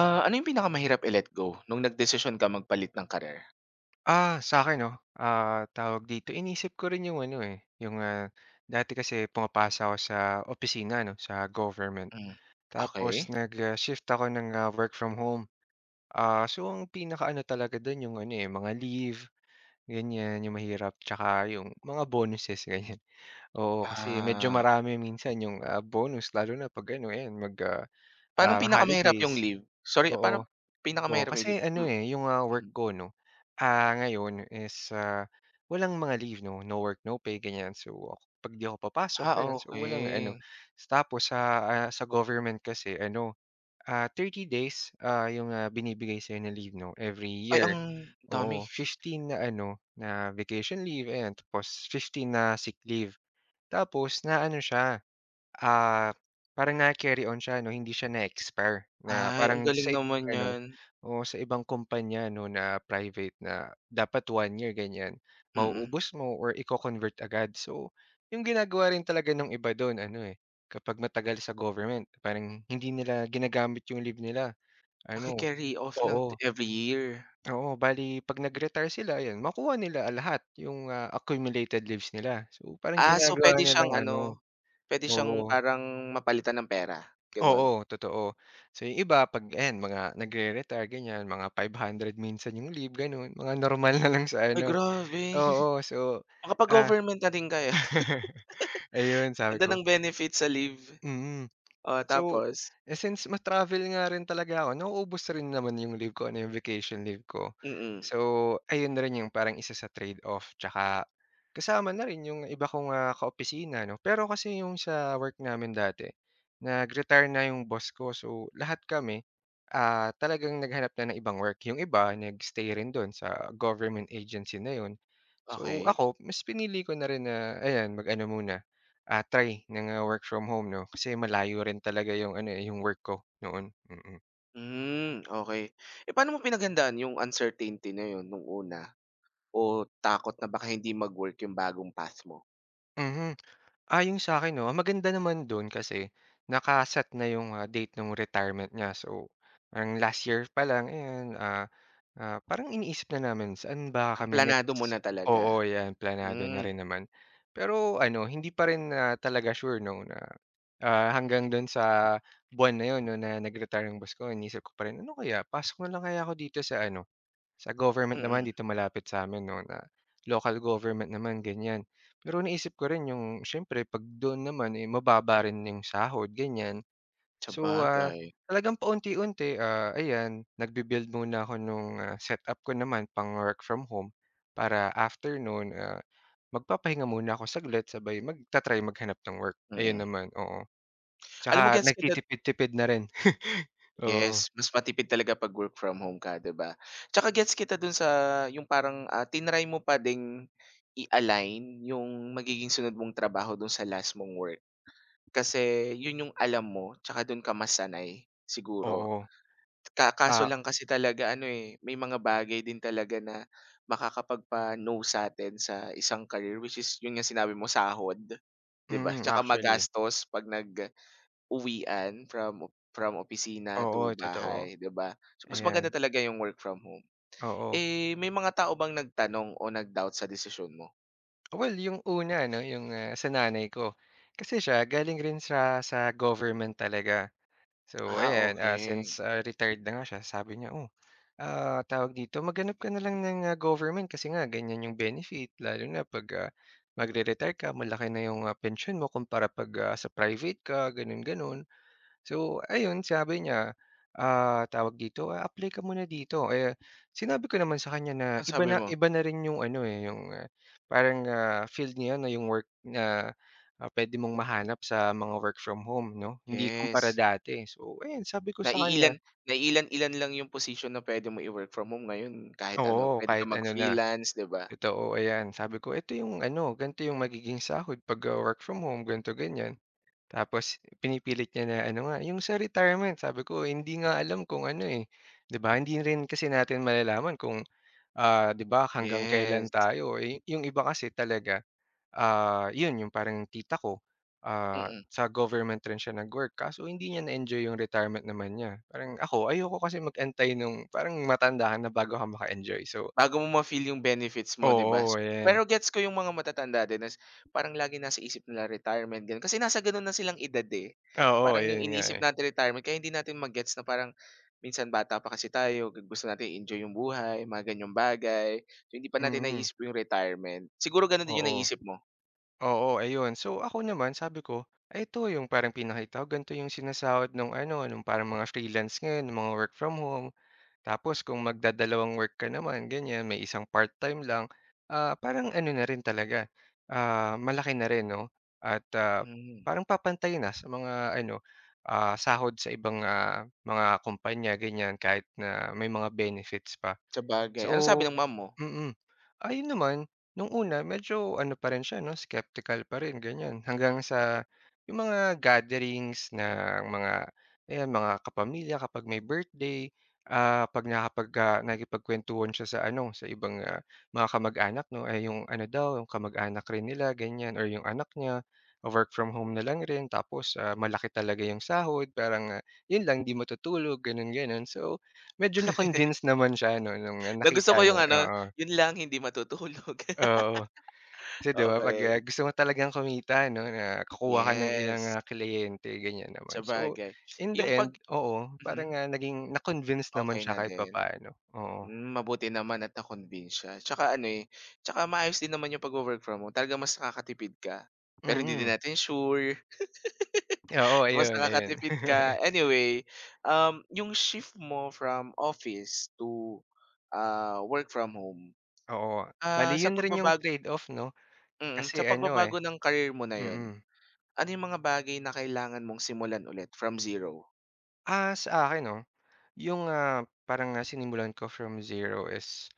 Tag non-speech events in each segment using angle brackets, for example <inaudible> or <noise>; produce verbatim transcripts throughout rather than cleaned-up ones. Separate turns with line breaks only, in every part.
Ah, ano yung pinakamahirap i-let go nung nagdesisyon ka magpalit ng career?
Ah, sa akin 'no, ah, tawag dito, inisip ko rin yung ano, eh, yung, ah, dati kasi pumapasa ako sa opisina 'no, sa government.
Hmm,
Tapos
okey.
nag, ah, shift ako ng, ah, work from home. Ah, so ang pinaka ano talaga dun yung ano, eh, mga leave, ganyan, yung mahirap, tsaka yung mga bonuses, ganyan. <laughs> Oo, kasi medyo
Ah,
marami minsan yung, ah, bonus lalo na 'pag ano, ayan, mag, ah,
paanong
ah,
pinakamahirap yung
holidays,
leave? Sorry,
oo.
paano
Oo,
pinakamahirap yung
kasi
leave?
ano,
Hmm,
eh, yung, ah, work
hmm.
ko 'no, ah, ngayon is, ah, walang mga leave 'no, no work, no pay ganyan. So, ako- 'pag 'di ako papasok
Ah,
ayan, so walang ano
okey.
tapos sa, ah, sa government kasi ano, ah, thirty days, ah, yung, ah, binibigay sa'yo na leave 'no every
Ay,
year.
ang dami.
Oo, fifteen na ano, na vacation leave ayan, tapos fifteen na sick leave. Tapos na ano siya. Ah, Parang na-carry on siya 'no, hindi siya na-expire na
Ay, ang
parang
galing
sa ibang
naman
ano,
niyan.
oo, sa ibang kumpanya 'no na private na dapat one year ganyan,
Mm.
mauubos mo or iko-convert agad. So, yung ginagawa rin talaga nung iba dun ano, eh, kapag matagal sa government parang hindi nila ginagamit yung leave nila ano.
Naki-carry off lang
Oo,
every year.
oo, bale 'pag nag-retire sila ayan makuha nila lahat yung, ah, accumulated leaves nila. So, parang
Ah, so
ginagawa
puwede siyang
nilang ano,
ano, puwede siyang
oo.
parang mapalitan ng pera, gano'n?
Oo, totoo. So, yung iba 'pag ayan mga nagre-retire ganyan, mga five hundred minsan yung leave gano'n, mga normal na lang sa
Ay,
ano,
grabe. <laughs>
oo. So, ah,
Makapag-government na din kaya.
<laughs> ayun sabi
Ganda
ko.
ng benefits sa leave.
Mm.
Oh,
So,
tapos?
eh, since ma-travel nga rin talaga ako, nauubos rin naman yung leave ko, ano, yung vacation leave ko.
Mm.
So, ayun na rin yung parang isa sa trade-off tsaka kasama na rin yung iba kong, ah, kaopisina 'no. Pero kasi yung sa work namin dati, nag-retire na yung boss ko. So, lahat kami, ah, talagang naghanap na ng ibang work. Yung iba nag-stay rin dun sa government agency na yun. So,
Okay.
ako mas pinili ko na rin na ayan, mag-ano muna. Ah, try ng, ah, work from home 'no, kasi malayo rin talaga yung ano, eh, yung work ko noon. Mm.
Hmm, okay. Eh, paano mo pinaghandaan yung uncertainty na yun nung una o takot na baka hindi mag-work yung bagong path mo?
Mhm. Ah, yung sa akin 'no, ang maganda naman dun kasi nakaset na yung, ah, date ng retirement niya. So, ang last year pa lang ayan, ah, ah, parang iniisip na namin saan ba
Ah,
kami
planado mo na
next.
talaga.
Oo, yan planado na
Hmm,
rin naman. Pero ano, hindi pa rin, ah, talaga sure 'no na, ah, hanggang dun sa buwan na yun 'no na nag-retire yung boss ko, iniisip ko pa rin, "Ano kaya pasok na lang kaya ako dito sa ano, sa government naman
mm.
dito malapit sa'min 'no, na local government naman ganyan." Pero naisip ko rin yung siyempre 'pag doon naman, eh, mababa rin yung sahod ganyan. So, ah,
Sabagay,
talagang paunti-unti, ah, ayan nagbi-build muna ako nung, ah, setup ko naman pang work from home para after no'n, ah, magpapahinga muna ako saglit sabay magta-try maghanap ng work, ayun
mm.
naman, oo.
Alam mo
Tsaka
gets kita,
nagtitipid-tipid na rin. <laughs> Oo,
yes, mas matipid talaga 'pag work from home ka, 'di ba? Tsaka gets kita dun sa yung parang, ah, tinry mo pa ding i-align yung magiging sunod mong trabaho dun sa last mong work. Kasi yun yung alam mo tsaka dun ka mas siguro.
oo.
Ka kaso
Ah,
lang kasi talaga ano, eh, may mga bagay din talaga na makakapagpa-no sa'tin sa isang career, which is yun nga sinabi mo sahod, 'di ba?
mm,
Tsaka
actually.
magastos 'pag nag-uwian from op from opisina to
Oo, totoo.
bahay, 'di ba? So, mas maganda
Ayan,
talaga yung work from home.
oo.
Eh, may mga tao bang nagtanong o nag-doubt sa desisyon mo?
Well, yung una 'no, yung, ah, sa nanay ko. Kasi siya galing rin siya sa government talaga. So
Ah,
ayan, ah, since,
okey.
ah, retired na nga siya sabi niya, "Oh, ah, tawag dito, maghanap ka na lang ng, ah, government kasi nga ganyan yung benefit lalo na 'pag, ah, magre-retire ka malaki na yung, ah, pensyon mo kumpara 'pag, ah, sa private ka," gano'n, gano'n. So, ayun sabi niya, ah, tawag dito, ah, apply ka muna dito. Eh, sinabi ko naman sa kanya na
Ano
iba
sabi
na
mo?
iba na rin yung ano, eh, yung, ah, parang, ah, field niya na yung work na, ah, puwede mong mahanap sa mga work from home 'no, hindi kumpara
Yes.
dati. So, ayan sabi ko sa kanya.
Naiilan naiilan-ilan lang yung posisyon na puwede mo i-work from home ngayon kahit ano,
Oo,
puwede
kahit
kang
ano na,
mag-freelance, 'di ba?
totoo, ayan. Sabi ko, "Ito yung ano, ganito yung magiging sahod 'pag, ah, work from home, ganito, ganyan." Tapos pinipilit niya na ano nga, yung sa retirement sabi ko hindi nga alam kung ano, eh, 'di ba hindi rin kasi natin malalaman kung, ah, 'di ba hanggang kailan
Yes,
tayo, eh, yung iba kasi talaga, ah, yun yung parang tita ko, ah,
mm.
sa government rin siya nag-work kaso hindi niya na-enjoy yung retirement naman niya. Parang ako ayoko kasi mag-antay nung parang matanda ka na bago ka maka-enjoy, so
Bago mo ma-feel yung benefits mo, 'di ba?
oo, ayan.
Pero gets ko yung mga matatanda din nas parang laging nasa isip nila retirement, gano'n. Kasi nasa gano'n na silang edad, eh.
Oo,
Parang
ayun
yung
nga,
iniisip
eh.
natin retirement kaya hindi natin ma-gets na parang minsan bata pa kasi tayo, gu- gusto natin i-enjoy yung buhay, mga ganiyang bagay. So, hindi pa natin
Mm,
naiisip yung retirement. Siguro gano'n din yung
oo.
naiisip mo?
Oo, ayun. So, ako naman sabi ko, ay ito yung parang pinakita ko, ganito yung sinasahod nung ano, nung parang mga freelance ngayon, ng mga work from home. Tapos kung magdadalawang work ka naman, ganyan, may isang part-time lang, ah, parang ano na rin talaga, ah, malaki na rin, no? At ah,
Hmm,
parang papantay na sa mga ano, ah, sahod sa ibang ah, mga kumpanya, ganyan, kahit na may mga benefits pa.
sabagay. Anong sabi
So.
ng mom mo?
Mm. Ayun naman, nung una medyo ano pa rin siya 'no, skeptical pa rin ganyan, hanggang sa yung mga gatherings ng mga ayan, mga kapamilya kapag may birthday, ah, 'pag nakapag ah, nakikipagkuwentuhan siya sa ano, sa ibang, ah, mga kamag-anak 'no, eh, yung ano daw, yung kamag-anak rin nila ganyan or yung anak niya, work from home na lang rin tapos, ah, malaki talaga yung sahod parang, ah, yun lang, 'di matutulog gano'n, gano'n. So, medyo na-convince naman siya 'no, nung
<laughs> Nagustuhan
nakita
ko yung
niya,
ano,
oo.
"Yun lang, hindi matutulog." <laughs>
Oo, kasi 'di ba 'pag, ah,
Okay.
gusto mo talagang kumita 'no, na kukuha ka ng ilang,
Yes,
ah, kliyente ganyan naman. So,
sabagay.
in the
Yung pag
end, oo,
mhm,
parang, ah, naging na-convince naman
okey
siya
na
kahit
din.
papaano, oo.
Hmm, mabuti naman at na-convince siya. Tsaka ano, eh, tsaka maayos din naman yung pagwo-work from home. Talagang mas nakakatipid ka, pero hindi din
Mm,
natin sure
oo
<laughs> kung mas
ayun, ayun.
nakakatipid ka.
<laughs>
Anyway, um, yung shift mo from office to, ah, work from home,
Oo, bale
ah, sa
yun rin yung
pagbabag
trade-off 'no,
mm,
kasi
sa
ano, eh.
pagbabago ng career mo na yun,
Mm.
ano yung mga bagay na kailangan mong simulan ulit from zero?
Ah, sa akin 'no, yung, ah, parang, ah, sinimulan ko from zero is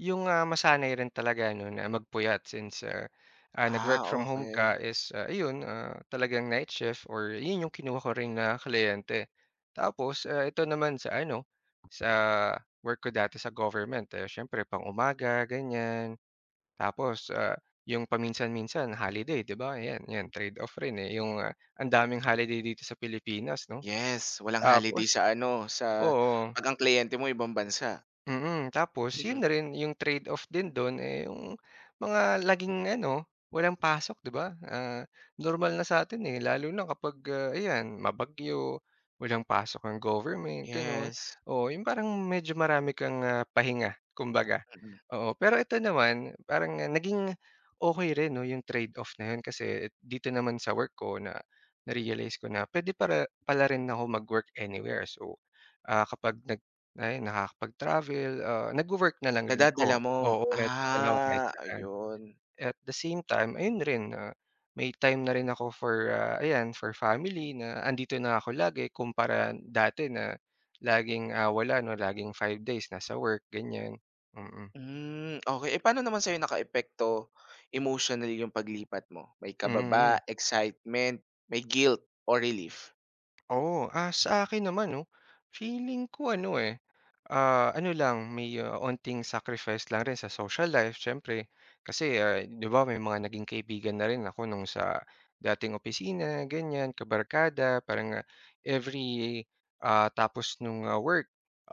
yung, ah, masanay rin talaga 'no na magpuyat since, ah, ah,
Ah,
nag-work from home
okey.
ka is, ah, ayun, ah, talagang night shift or yun yung kinuha ko rin na kliyente. Tapos, ah, ito naman sa ano, sa work ko dati sa government, eh, siyempre pang-umaga ganyan. Tapos, ah, yung paminsan-minsan holiday 'di ba, ayan, 'yan trade off rin, eh, yung, ah, ang daming holiday dito sa Pilipinas 'no.
Yes, walang holiday
Tapos,
sa ano, sa
oo.
'pag ang kliyente mo ibang bansa.
Mm, tapos yun na rin yung trade-off din don, eh, yung mga laging ano, walang pasok 'di ba? Ah, normal na sa'tin, eh, lalo na kapag, ah, ayan mabagyo, walang pasok ang government gano'n.
Yes,
Oo, yung parang medyo marami kang, ah, pahinga kumbaga,
mm.
oo. Pero ito naman parang naging okey rin 'no yung trade-off na yun kasi dito naman sa work ko na na-realize ko na puwede para pala rin ako mag-work anywhere. So, ah, kapag nag ay, nakakapag-travel, ah, nagwo-work na lang rin
Nadadala
ako.
mo,
Oo, nadadala ako kahit
ah,
saan.
ayun.
At the same time, ayun rin, ah, may time na rin ako for, ah, ayan, for family na andito na ako lagi kumpara dati na laging, ah, wala 'no, laging five days nasa work, ganyan. Mm.
Hmm, okey. Eh, paano naman sa'yo nakaapekto emotionally yung paglipat mo? May
Mm.
kababa, excitement, may guilt o relief?
Oo, ah, sa akin naman 'no, feeling ko ano, eh, ah, ano lang may, ah, onting sacrifice lang rin sa social life siyempre. Kasi, ah, 'di ba may mga naging kaibigan na rin ako nung sa dating opisina ganyan, kabarkada parang, ah, every, ah, tapos nung, ah, work,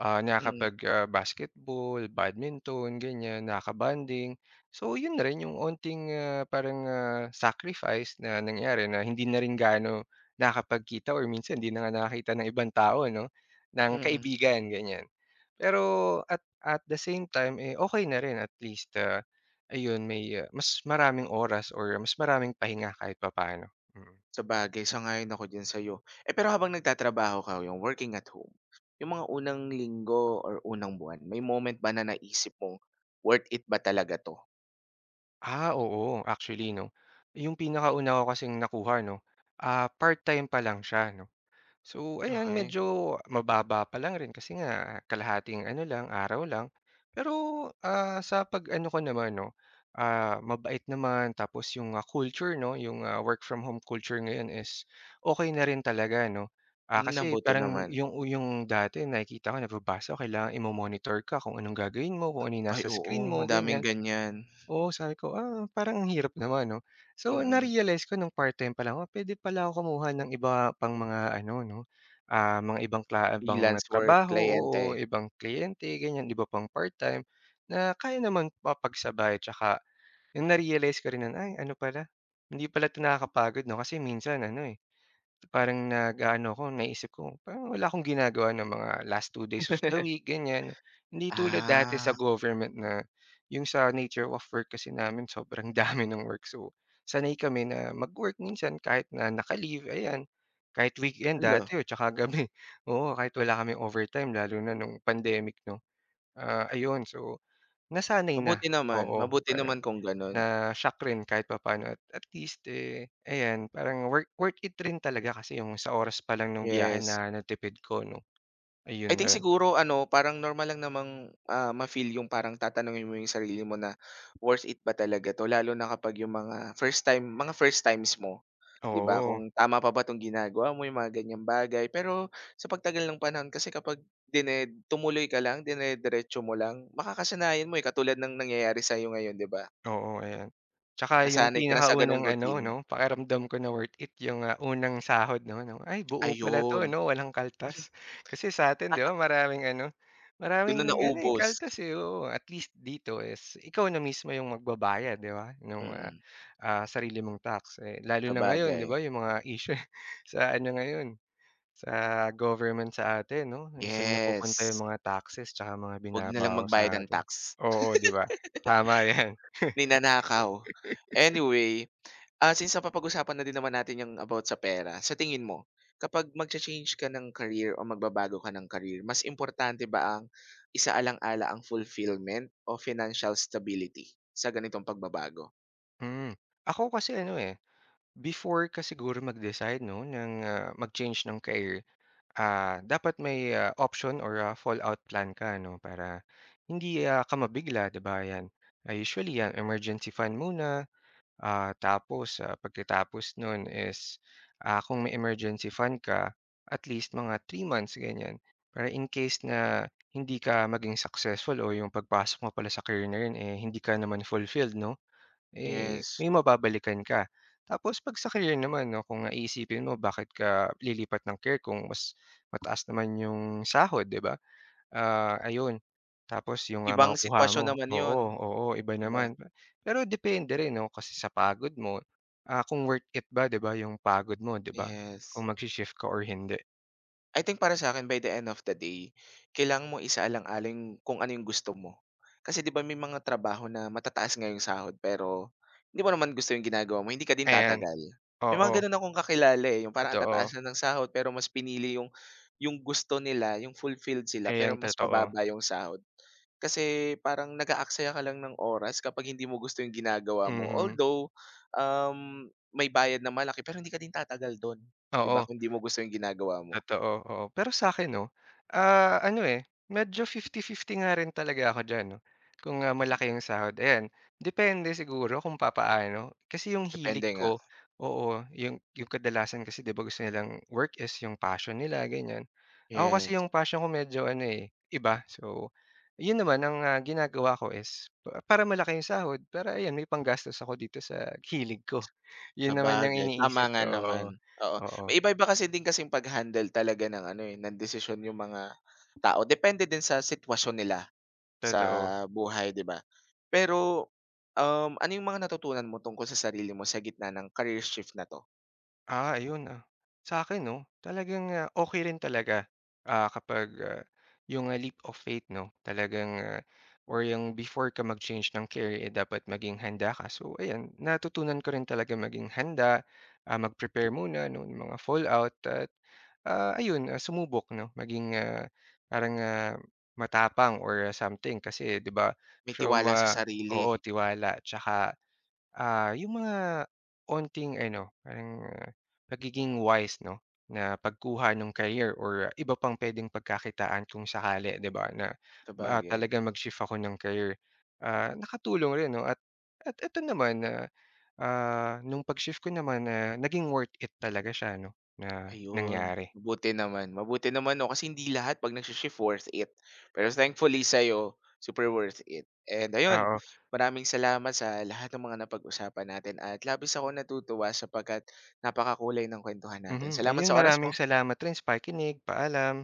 ah,
Mm,
nakakapag, ah, basketball, badminton ganyan, nakaka-bonding. So yun na rin yung onting, ah, parang, ah, sacrifice na nangyari na hindi na rin gaano nakakapagkita or minsan hindi na nga nakakita ng ibang tao 'no, ng
mm.
kaibigan ganyan. Pero at at the same time, eh, okay na rin at least, ah, ayun may, ah, mas maraming oras or mas maraming pahinga kahit papaano. Mm.
Sabagay, sang-ayon ako diyan sa'yo. Eh, pero habang nagtatrabaho ka, yung working at home, yung mga unang linggo or unang buwan, may moment ba na naisip mong, "Worth it ba talaga 'to?"
Ah, oo actually 'no, yung pinakauna ko kasing nakuha 'no, ah, part-time pa lang siya 'no. So ayan,
Okey.
medyo mababa pa lang rin kasi nga kalahating ano lang, araw lang. Pero, ah, sa pag-ano ko naman 'no, ah, mabait naman tapos yung, ah, culture 'no, yung, ah, work from home culture ngayon is okay na rin talaga 'no. Ah,
Hmm,
kasi
mabuti
parang
naman.
yung yung dati nakikita ko, nababasa ko kailangan imo-monitor ka kung anong gagawin mo, kung ano yung
Ay
nasa
oo,
screen mo,
madaming
ganyan.
ganyan.
Oo, sabi ko, "Ah, parang ang hirap naman 'no." So,
Mm,
na-realize ko nung part-time pa lang, ah, puwede pala ako kumuha ng iba pang mga ano 'no, ah, mga ibang kla ibang
freelance work,
trabaho, oo,
kliyente.
ibang kliyente ganyan, iba pang part-time na kaya naman mapagsabay. Tsaka yung na-realize ko rin nun, ay ano pala, hindi pala 'to nakakapagod 'no, kasi minsan ano, eh, parang nag-aano ako, naisip ko, parang wala akong ginagawa ng mga last two days of the
<laughs>
week, ganyan. Hindi tulad dati sa
Ah,
government na yung sa nature of work kasi namin sobrang <laughs> dami ng work. So, sanay kami na mag-work minsan kahit na naka-leave, ayan. Kahit weekend
hala,
dati o tsaka gabi. <laughs> Oo, kahit wala kami overtime lalo na nung pandemic 'no. Ah, ayun, so nasanay na,
mabuti naman,
oo,
mabuti naman
parang
kung gano'n,
na-shock rin kahit papaano at at least, eh, ayan parang worth worth it rin talaga kasi yung sa oras pa lang nung biyahe
yes.
na natipid ko 'no, ayun
I think
rin.
siguro ano, parang normal lang namang, ah, ma-feel yung parang tatanungin mo yung sarili mo na, "Worth it ba talaga 'to?" Lalo na kapag yung mga first time mga first times mo. 'Di ba,
Oo.
kung tama pa ba 'tong ginagawa mo, yung mga ganyang bagay. Pero sa pagtagal ng panahon kasi kapag dine tumuloy ka lang, dinediretso mo lang, makakasanayan mo, eh, katulad ng nangyayari sa'yo ngayon, 'di ba?
Oo, ayan. Tsaka yung
Nasanay ka na sa gano'ng
pinakaunang ano
routine.
'no, pakiramdam ko na worth it yung, ah, unang sahod 'no, na, "Ay buo pala 'to
Ayun,
ano walang kaltas." Kasi sa'tin 'di ba maraming ano,
do'n na
maraming ano, eh,
naubos.
kaltas, eh, oo. At least dito is ikaw na mismo yung magbabayad 'di ba nung, ah,
Mm,
ah, sarili mong tax. Eh, lalo na ngayon
sabagay.
'di ba yung mga issue <laughs> sa ano ngayon, sa government sa atin 'no, kung saan napupunta
Yes,
yung mga taxes tsaka mga
'wag na lang
binabawas
magbayad
sa
ng
atin.
tax,
Oo, 'di ba? Tama 'yan.
ninanakaw.
<laughs>
Anyway, ah, since napapag-usapan na din naman natin yung about sa pera, sa tingin mo, kapag magcha-change ka ng career o magbabago ka ng career, mas importante ba ang isaalang-ala ang fulfillment o financial stability sa ganitong pagbabago?
Hmm. Ako kasi ano, eh, before ka siguro mag-decide 'no, ng, ah, mag-change ng career, ah, dapat may, ah, option or, ah, fallout plan ka ano, para hindi, ah, ka mabigla, 'di ba, 'yan. Ah, usually 'yan, emergency fund muna, ah, tapos, ah, pagkatapos noon is, ah, kung may emergency fund ka, at least mga three months, ganyan. Para in case na hindi ka maging successful o yung pagpasok mo pala sa career na 'yun, eh, hindi ka naman fulfilled 'no? Eh,
Yes,
may mababalikan ka. Tapos 'pag sa career naman 'no, kung iisipin mo bakit ka lilipat ng career kung mas mataas naman yung sahod, 'di ba? Ah, ayun. Tapos yung, ah,
ibang
makukuha
sitwasyon
mo.
naman yun,
Oo, oo, iba
'di ba?
naman. Pero depende rin 'no, kasi sa pagod mo, ah, kung worth it ba, 'di ba, yung pagod mo, 'di ba? Kung
Yes.
magshi-shift ka or hindi.
I think para sa akin by the end of the day, kailangan mo isaalang-alang kung ano yung gusto mo. Kasi 'di ba may mga trabaho na matataas nga yung sahod pero hindi mo naman gusto yung ginagawa mo, hindi ka din
Ayan,
tatagal. May
oo,
mga gano'n akong kakilala, eh, yung parang ang
totoo.
tataas na ng sahod pero mas pinili yung yung gusto nila, yung fulfilled sila pero
Ayan,
mas
totoo.
mababa yung sahod. Kasi parang nag-aaksaya ka lang ng oras kapag hindi mo gusto yung ginagawa mo.
Mhm,
Although, um, may bayad na malaki pero hindi ka din tatagal do'n, 'di ba,
oo.
kung hindi mo gusto yung ginagawa mo.
Totoo, oo. Pero sa akin 'no, ah, ano, eh, medyo fifty fifty nga rin talaga ako diyan 'no. Kung, ah, malaki yung sahod, ayan, depende siguro kung papaano. Kasi yung
Depende
hilig
nga.
ko, oo, yung yung kadalasan kasi 'di ba gusto nilang work is yung passion nila, ganyan. Ako kasi
Yes,
yung passion ko medyo ano, eh, iba. So, yun naman ang, ah, ginagawa ko is pa para malaki yung sahod, pero ayan, may panggastos ako dito sa hilig ko. <laughs> Yun naman yung
sabagay tama
iniisip
nga
ko, oo.
naman, oo.
Oo,
May iba-iba kasi din kasing pag-handle talaga ng ano, eh, ng desisyon yung mga tao depende din sa sitwasyon nila sa
totoo.
buhay, 'di ba? Pero, um, ano yung mga natutunan mo tungkol sa sarili mo sa gitna ng career shift na 'to?
Ah, ayun, ah. Sa akin 'no, talagang, ah, okey rin talaga, ah, kapag, ah, yung, ah, leap of faith 'no, talagang, ah, or yung before ka mag-change ng career, eh, dapat maging handa ka. So ayan, natutunan ko rin talaga maging handa, ah, mag-prepare muna 'no, ng mga fallout at, ah, ayun, ah, sumubok 'no, maging, ah, parang, ah, matapang or ah, something kasi 'di ba
May
from,
tiwala sa
ah
sarili,
oo, tiwala 'tsaka Ah, yung mga onting ano, parang, ah, pagiging wise 'no, na pagkuha ng career or ah, iba pang puwedeng pagkakitaan kung sakali, 'di ba, na, ah,
sabagay.
talagang mag-shift ako ng career. Ah, nakatulong rin 'no at at ito naman na, ah, nung pag-shift ko naman na naging worth it talaga siya 'no, na
Ayun,
nangyari.
mabuti naman. Mabuti naman 'no, kasi hindi lahat 'pag nagshi-shift worth it. Pero thankfully sa'yo, super worth it. And ayun,
Oo,
maraming salamat sa lahat ng mga napag-usapan natin at labis akong natutuwa sapagkat napakakulay ng kwentuhan natin.
mhm.
Salamat
Ayun,
sa oras mo.
maraming salamat rin sa pakikinig. Paalam.